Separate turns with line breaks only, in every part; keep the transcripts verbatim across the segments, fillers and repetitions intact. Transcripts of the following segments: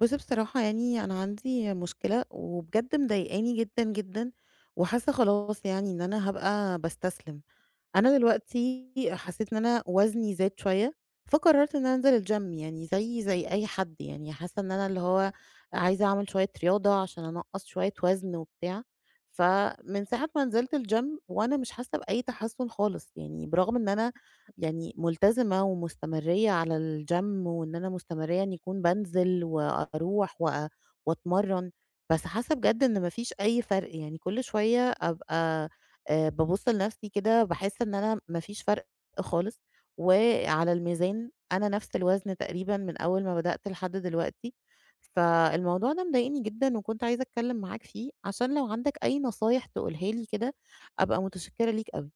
بُصّي بصراحة يعني أنا عندي مشكلة، وبجد مضايقاني جدًا، جدًا، وحاسة خلاص يعني إن أنا هابقى باستسلم. أنا دلوقتي حسيت إن أنا وزني زاد شوية، فقررت إن أنا أنزل الgym يعني زيي زي أي حد يعني، حاسة إن أنا اللي هو عايزة أعمل شوية رياضة عشان أنقّص شوية وزن وبتاع، فمن ساعة ما نزلت الgym وأنا مش حاسة بأي تحسن خالص، يعني برغم إن أنا يعني ملتزمة ومستمرية على الgym وإن أنا مستمرية إني أكون بانزل وأروح وأ وأتمرن، بس حاسة بجد إن ما فيش أي فرق، يعني كل شوية أبقى آآ بابُص لنفسي كده باحس إن أنا ما فيش فرق خالص، وعلى الميزان أنا نفس الوزن تقريبًا من أول ما بدأت لحد دلوقتي، فالموضوع ده مضايقني جدًا وكنت عايزة أتكلم معاك فيه، عشان لو عندك أي نصايح تقولها لي كده أبقى متشكرة ليك أوي.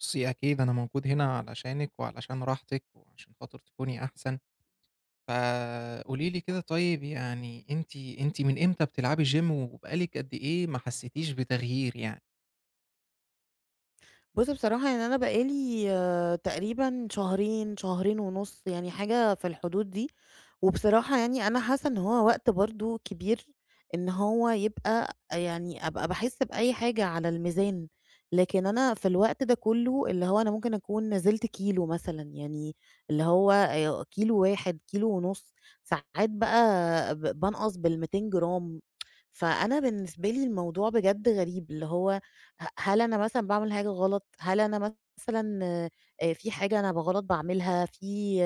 بُصّي، أكيد أنا موجود هنا علشانِك وعلشان راحتِك وعشان خاطر تكوني أحسن، فقولي لي كده. طيب يعني أنتِ أنتِ من إمتى بتلعبي gym وبقى لِك قد إيه ما حسّيتيش بتغيير يعني؟
بُص بصراحة يعني أنا بقى لي آآ تقريبًا شهرين، شهرين ونُص، يعني حاجة في الحدود دي، وبصراحة يعني أنا حاسة إن هو وقت برضه كبير إن هو يبقى يعني أبقى باحس بأي حاجة على الميزان، لكن أنا في الوقت ده كله اللي هو أنا ممكن أكون نزلت كيلو مثلًا، يعني اللي هو آآ كيلو واحد، كيلو ونُص، ساعات بقى ب بانقص بالمئتين جرام، فأنا بالنسبة لي الموضوع بجد غريب، اللي هو ه هل أنا مثلًا باعمل حاجة غلط؟ هل أنا مثلًا آآ في حاجة أنا بغلط باعملها؟ في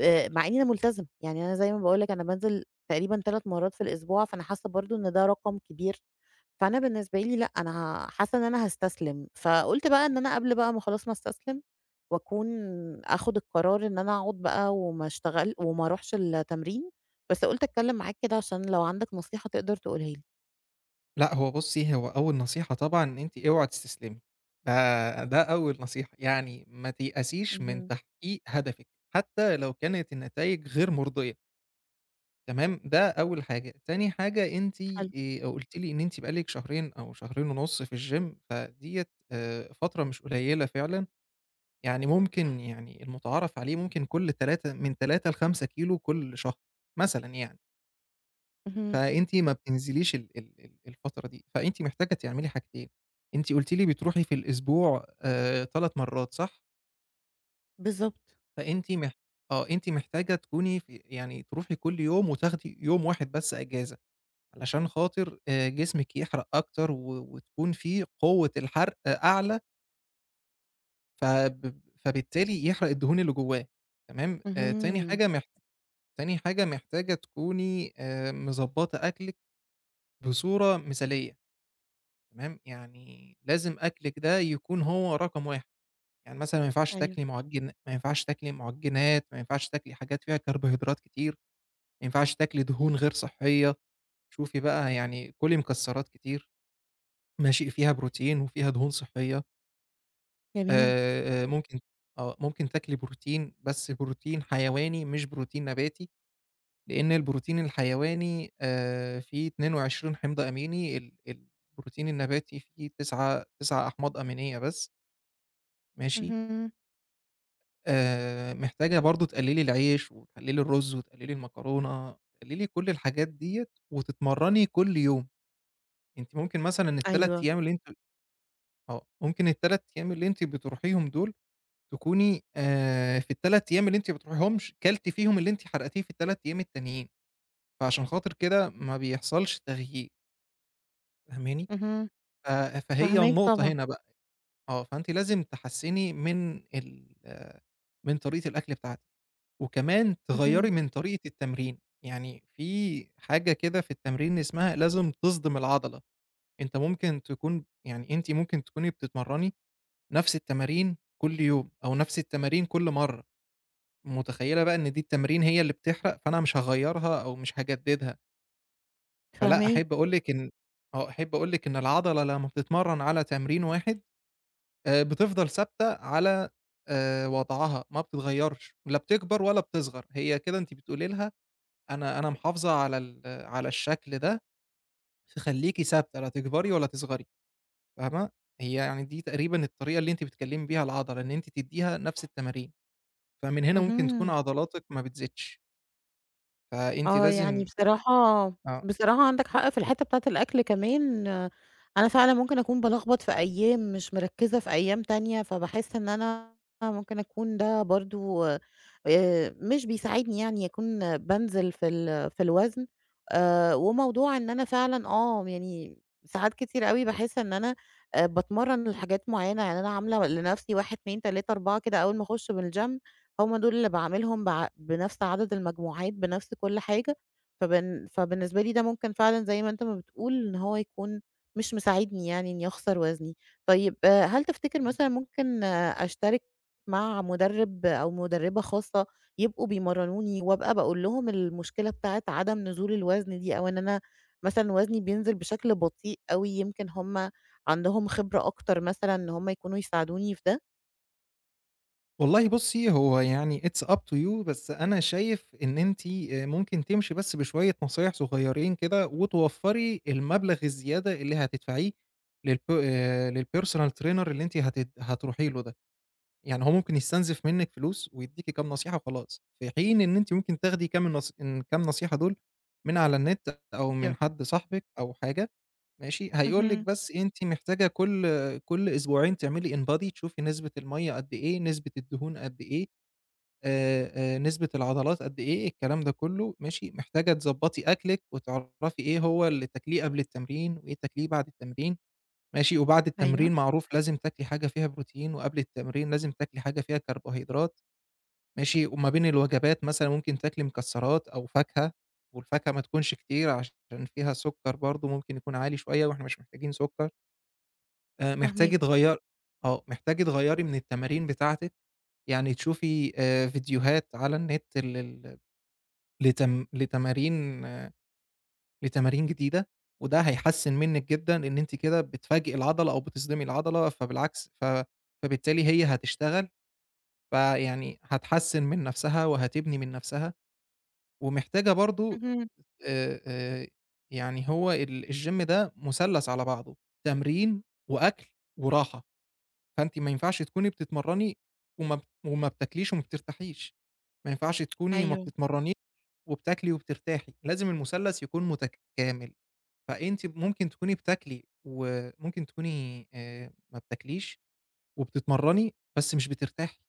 آآ مع إني أنا ملتزمة، يعني أنا زي ما باقول لك أنا بانزل تقريبًا ثلاث مرات في الأسبوع، فأنا حاسة برضه إن ده رقم كبير، فأنا بالنسبة لي لأ، أنا ه حاسة إن أنا هاستسلم، فقُلت بقى إن أنا قبل بقى ما خلاص ما أستسلم وأكون آخد القرار إن أنا أقعد بقى وما اشتغل وما أروحش التمرين، بس قُلت أتكلم معاك كده عشان لو عندك نصيحة تقدر تقولها لي.
لأ، هو بُصّي، هو أول نصيحة طبعًا إن أنتِ اوعي تستسلمي، ده ده أول نصيحة، يعني ما تيأسيش من
اهم،
تحقيق هدفِك حتى لو كانت النتايج غير مرضية. تمام، ده أول حاجة. تاني حاجة، أنتِ
حلو،
آآ قُلتِ لي إن أنتِ بقى لِك شهرين أو شهرين ونُص في الgym، فديّة آآ فترة مش قليلة فعلًا، يعني ممكن، يعني المُتعارف عليه ممكن كل تلاتة، من تلاتة ل5 كيلو كل شهر مثلًا يعني،
اهم،
فأنتِ ما بتنزليش ال ال ال الفترة دي، فأنتِ محتاجة تعملي حاجتين. أنتِ قُلتِ لي بتروحي في الأسبوع آآ تلات مرات صح؟
بالضبط.
فأنتِ مح آه، أنتِ محتاجة تكوني في، يعني تروحي كل يوم وتاخدي يوم واحد بس إجازة، علشان خاطر آآ جسمِك يحرق أكتر، و وتكون في قوة الحرق أعلى، فب فبالتالي يحرق الدهون اللي جواه، تمام؟ آآ تاني
اهم.
حاجة محت تاني حاجة، محتاجة تكوني آآ مضبّطة أكلِك بصورة مثالية، تمام؟ يعني لازم أكلِك ده يكون هو رقم واحد، يعني مثلًا ما ينفعش
أيوه.
تاكلي مُعجن ما ينفعش تاكلي مُعجنات، ما ينفعش تاكلي حاجات فيها كربوهيدرات كتير، ما ينفعش تاكلي دهون غير صحية. شوفي بقى، يعني كُلي مكسرات كتير، ماشي؟ فيها بروتين وفيها دهون صحية.
جميل.
آآ، آآ، ممكن آه، ممكن تاكلي بروتين، بس بروتين حيواني مش بروتين نباتي، لإن البروتين الحيواني آآ، فيه اتنين وعشرين حمض أميني. ال البروتين النباتي فيه 9- 9 أحماض أمينية بس، ماشي؟
اهم.
آآ، محتاجة برضه تقللي العيش وتقللي الرز وتقللي المكرونة، تقللي كل الحاجات ديّة وتتمرني كل يوم. أنتِ ممكن مثلًا ال3
أيوه.
أيام اللي أنتِ آه، ممكن ال3 أيام اللي أنتِ بتروحيهم دول، تكوني آآ في ال3 أيام اللي أنتِ ما بتروحيهمش كلتِ فيهم اللي أنتِ حرقتيه في ال3 أيام التانيين، فعشان خاطر كده ما بيحصلش تغيير، فاهماني؟
اهم.
ف فهي
فاهماك
النقطة
طبعًا.
هنا بقى. آه، فأنتِ لازم تحسّني من ال آه، من طريقة الأكل بتاعتِك، وكمان
اهم.
تغيّري من طريقة التمرين. يعني في حاجة كده في التمرين اسمها لازم تصدم العضلة. أنت ممكن تكون يعني أنتِ ممكن تكوني بتتمرّني نفس التمارين كل يوم أو نفس التمارين كل مرّة، متخيّلة بقى إن دي التمارين هي اللي بتحرق، فأنا مش هاغيّرها أو مش هاجددها. فلأ، أحب
فاهماك.
أقول لِك إن آه، أحب أقول لِك إن العضلة لمّا بتتمرّن على تمرين واحد آآ، بتفضل ثابتة على آآ، وضعها ما بتتغيّرش، لا بتكبر ولا بتصغر، هي كده أنتِ بتقولي لها أنا أنا محافظة على ال على الشكل ده، فخلّيكِ ثابتة لا تكبري ولا تصغري، فاهمة؟ هي يعني دي تقريبًا الطريقة اللي أنتِ بتكلّمي بيها العضلة، إن أنتِ تدّيها نفس التمارين، فمن هنا ممكن تكون
اهم.
عضلاتِك ما بتزيدش، فأنتِ
آه، يعني
لازم
بصراحة
آه.
بصراحة عندك حق في الحتّة بتاعة الأكل كمان، آه، أنا فعلًا ممكن أكون بالخبط في أيام، مش مركّزة في أيام تانية، فباحس إن أنا ممكن أكون ده برضه آآ، مش بيساعدني يعني أكون بانزل في ال في الوزن، آآ، وموضوع إن أنا فعلًا آه، يعني ساعات كتير أوي باحس إن أنا آآ، باتمرّن لحاجات معيّنة، يعني أنا عاملة لنفسي واحد، اتنين، تلاتة، أربعة كده أول ما أخُش من الgym هُم دول اللي باعاملهم بع بنفس عدد المجموعات، بنفس كل حاجة، فبن فبالنسبة لي ده ممكن فعلًا زي ما أنت ما بتقول إن هو يكون مش مساعدني يعني إني أخسر وزني. طيب آه، هل تفتكر مثلًا ممكن آه، أشترك مع مُدرِّب أو مُدرِّبة خاصة يبقوا بيمرّنوني وأبقى باقول لهم المشكلة بتاعة عدم نزول الوزن دي، أو إن أنا مثلًا وزني بينزل بشكل بطيء أوي، يمكن هُم عندهم خبرة أكتر مثلًا إن هُم يكونوا يساعدوني في ده؟
والله بُصّي، هو يعني it's up to you، بس أنا شايف إن أنتِ آآ ممكن تمشي بس بشوية نصايح صغيّرين كده وتوفّري المبلغ الزيادة اللي هتدفعيه للب آآ للpersonal trainer اللي أنتِ هتد هتروحي له ده. يعني هو ممكن يستنزف منِّك فلوس ويدّيكِ كام نصيحة وخلاص، في حين إن أنتِ ممكن تاخدي كام النص الكام نصيحة دول من على النت أو
أيوه.
من حد صاحبِك أو حاجة، ماشي؟ هيقول لِك
اهم،
بس أنتِ محتاجة كل كل أسبوعين تعملي InBody، تشوفي نسبة المَيّة قد إيه، نسبة الدهون قد إيه، آآ، آآ، نسبة العضلات قد إيه. الكلام ده كله ماشي. محتاجة تضبّطي أكلِك وتعرفي إيه هو اللي تاكليه قبل التمرين وإيه تاكليه بعد التمرين. ماشي؟ وبعد
أيوه،
التمرين معروف لازم تاكلي حاجة فيها بروتين، وقبل التمرين لازم تاكلي حاجة فيها كربوهيدرات، ماشي؟ وما بين الوجبات مثلًا ممكن تاكلي مكسرات أو فاكهة، والفاكهة ما تكونش كتير، عشان فيها سُكّر برضه ممكن يكون عالي شوية، وإحنا مش محتاجين سُكّر. آآ محتاجة
فاهماك.
تغيّر آه، محتاجة تغيّري من التمارين بتاعتِك، يعني تشوفي آآ فيديوهات على النت لل لتم لتمارين آه، لتمارين جديدة، وده هيحسّن منِّك جدًا، لإن أنتِ كده بتفاجئي العضلة أو بتصدمي العضلة، فبالعكس ف فبالتالي هي هتشتغل، فيعني هتحسّن من نَفْسها وهتبني من نَفْسها. ومحتاجة برضه
اهم.
آآ آآ يعني، هو ال الgym ده مثلث على بعضه: تمرين وأكل وراحة. فأنتِ ما ينفعش تكوني بتتمرّني وما بت وما بتاكليش وما بترتاحيش، ما ينفعش تكوني ما
أيوه.
بتتمرّنيش وبتاكلي وبترتاحي، لازم المثلث يكون متكامل. فأنتِ ممكن تكوني بتاكلي وممكن تكوني آآ ما بتاكليش وبتتمرّني بس مش بترتاحي،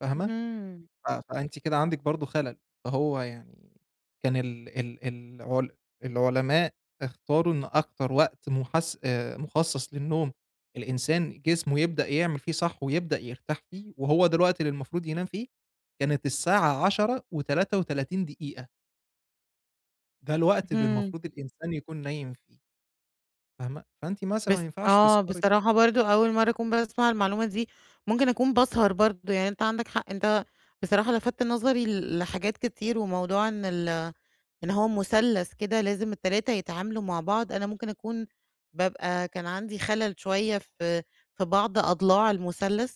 فاهمة؟
اهم.
ف فأنتِ كده عندِك برضه خَلَل. فهو يعني، كان ال ال العل العلماء اختاروا إن أكتر وقت محس آآ، مخصص للنوم، الإنسان جسمه يبدأ يعمل فيه صح ويبدأ يرتاح فيه، وهو ده الوقت اللي المفروض ينام فيه، كانت الساعة عشرة وتلاتة وتلاتين دقيقة، ده الوقت اللي
اهم.
المفروض الإنسان يكون نايم فيه، فاهمة؟ فأنتِ مثلًا ما
بس
ينفعش
آه،
تسهري.
بصراحة برضه أول مرّة أكون باسمع المعلومة دي، ممكن أكون باسهر برضه، يعني أنت عندك حق، أنت بصراحة لفتت نظري ل لحاجات كتير، وموضوع إن ال إن هو مثلث كده لازم التلاتة يتعاملوا مع بعض، أنا ممكن أكون بابقى كان عندي خلل شوية في في بعض أضلاع المثلث،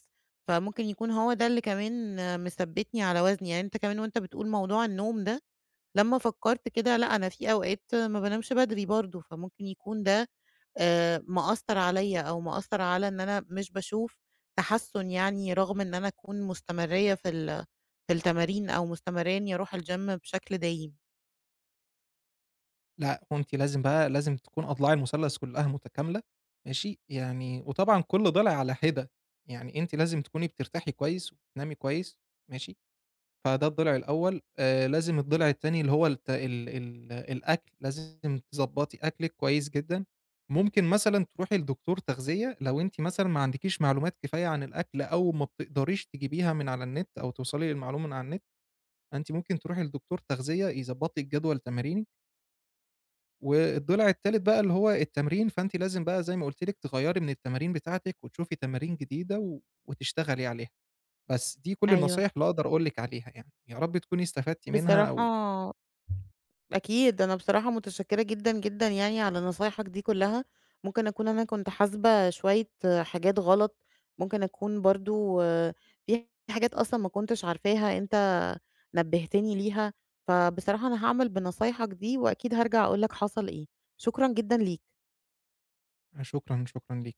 فممكن يكون هو ده اللي كمان مثبّتني على وزني، يعني أنت كمان وأنت بتقول موضوع النوم ده لمّا فكّرت كده لأ، أنا في أوقات ما بانامش بدري برضه، فممكن يكون ده آآ مأثّر عليّا أو مأثّر على إن أنا مش باشوف تحسُّن يعني رغم إن أنا أكون مستمرّية في ال في التمارين أو مستمرّية إنّي أروح الgym بشكل دايم.
لأ، وأنتِ لازم بقى لازم تكون أضلاع المثلث كلّها متكاملة، ماشي؟ يعني وطبعًا كل ضلع على حِدة، يعني أنتِ لازم تكوني بترتاحي كويس وبتنامي كويس، ماشي؟ فده الضلع الأول. آآ لازم الضلع التاني، اللي هو الت ال ال الأكل، لازم تضبّطي أكلِك كويس جدًا، ممكن مثلًا تروحي لدكتور تغذية لو أنتِ مثلًا ما عندكيش معلومات كفاية عن الأكل أو ما بتقدريش تجيبيها من على النت أو توصلي للمعلومة من على النت. فأنتِ ممكن تروحي لدكتور تغذية يضبّط لِك جدول تمارينِك. والضلع التالت بقى، اللي هو التمرين، فأنتِ لازم بقى زي ما قُلت لِك تغيّري من التمارين بتاعتِك وتشوفي تمارين جديدة و وتشتغلي عليها. بس دي كل
أيوه.
النصايح اللي أقدر أقول لِك عليها يعني، يا رب تكوني استفدتِ منها.
بصراحة
أو
أكيد، أنا بصراحة متشكرة جدًا، جدًا يعني على نصايحك دي كلّها، ممكن أكون أنا كنت حاسبة شوية آه، حاجات غلط، ممكن أكون برضه في حاجات أصلًا ما كنتش عارفاها أنت نبهتني ليها، فبصراحة أنا هاعمل بنصايحك دي وأكيد هارجع أقول لك حصل إيه، شكرًا جدًا ليك.
شكرًا، شكرًا ليكِ.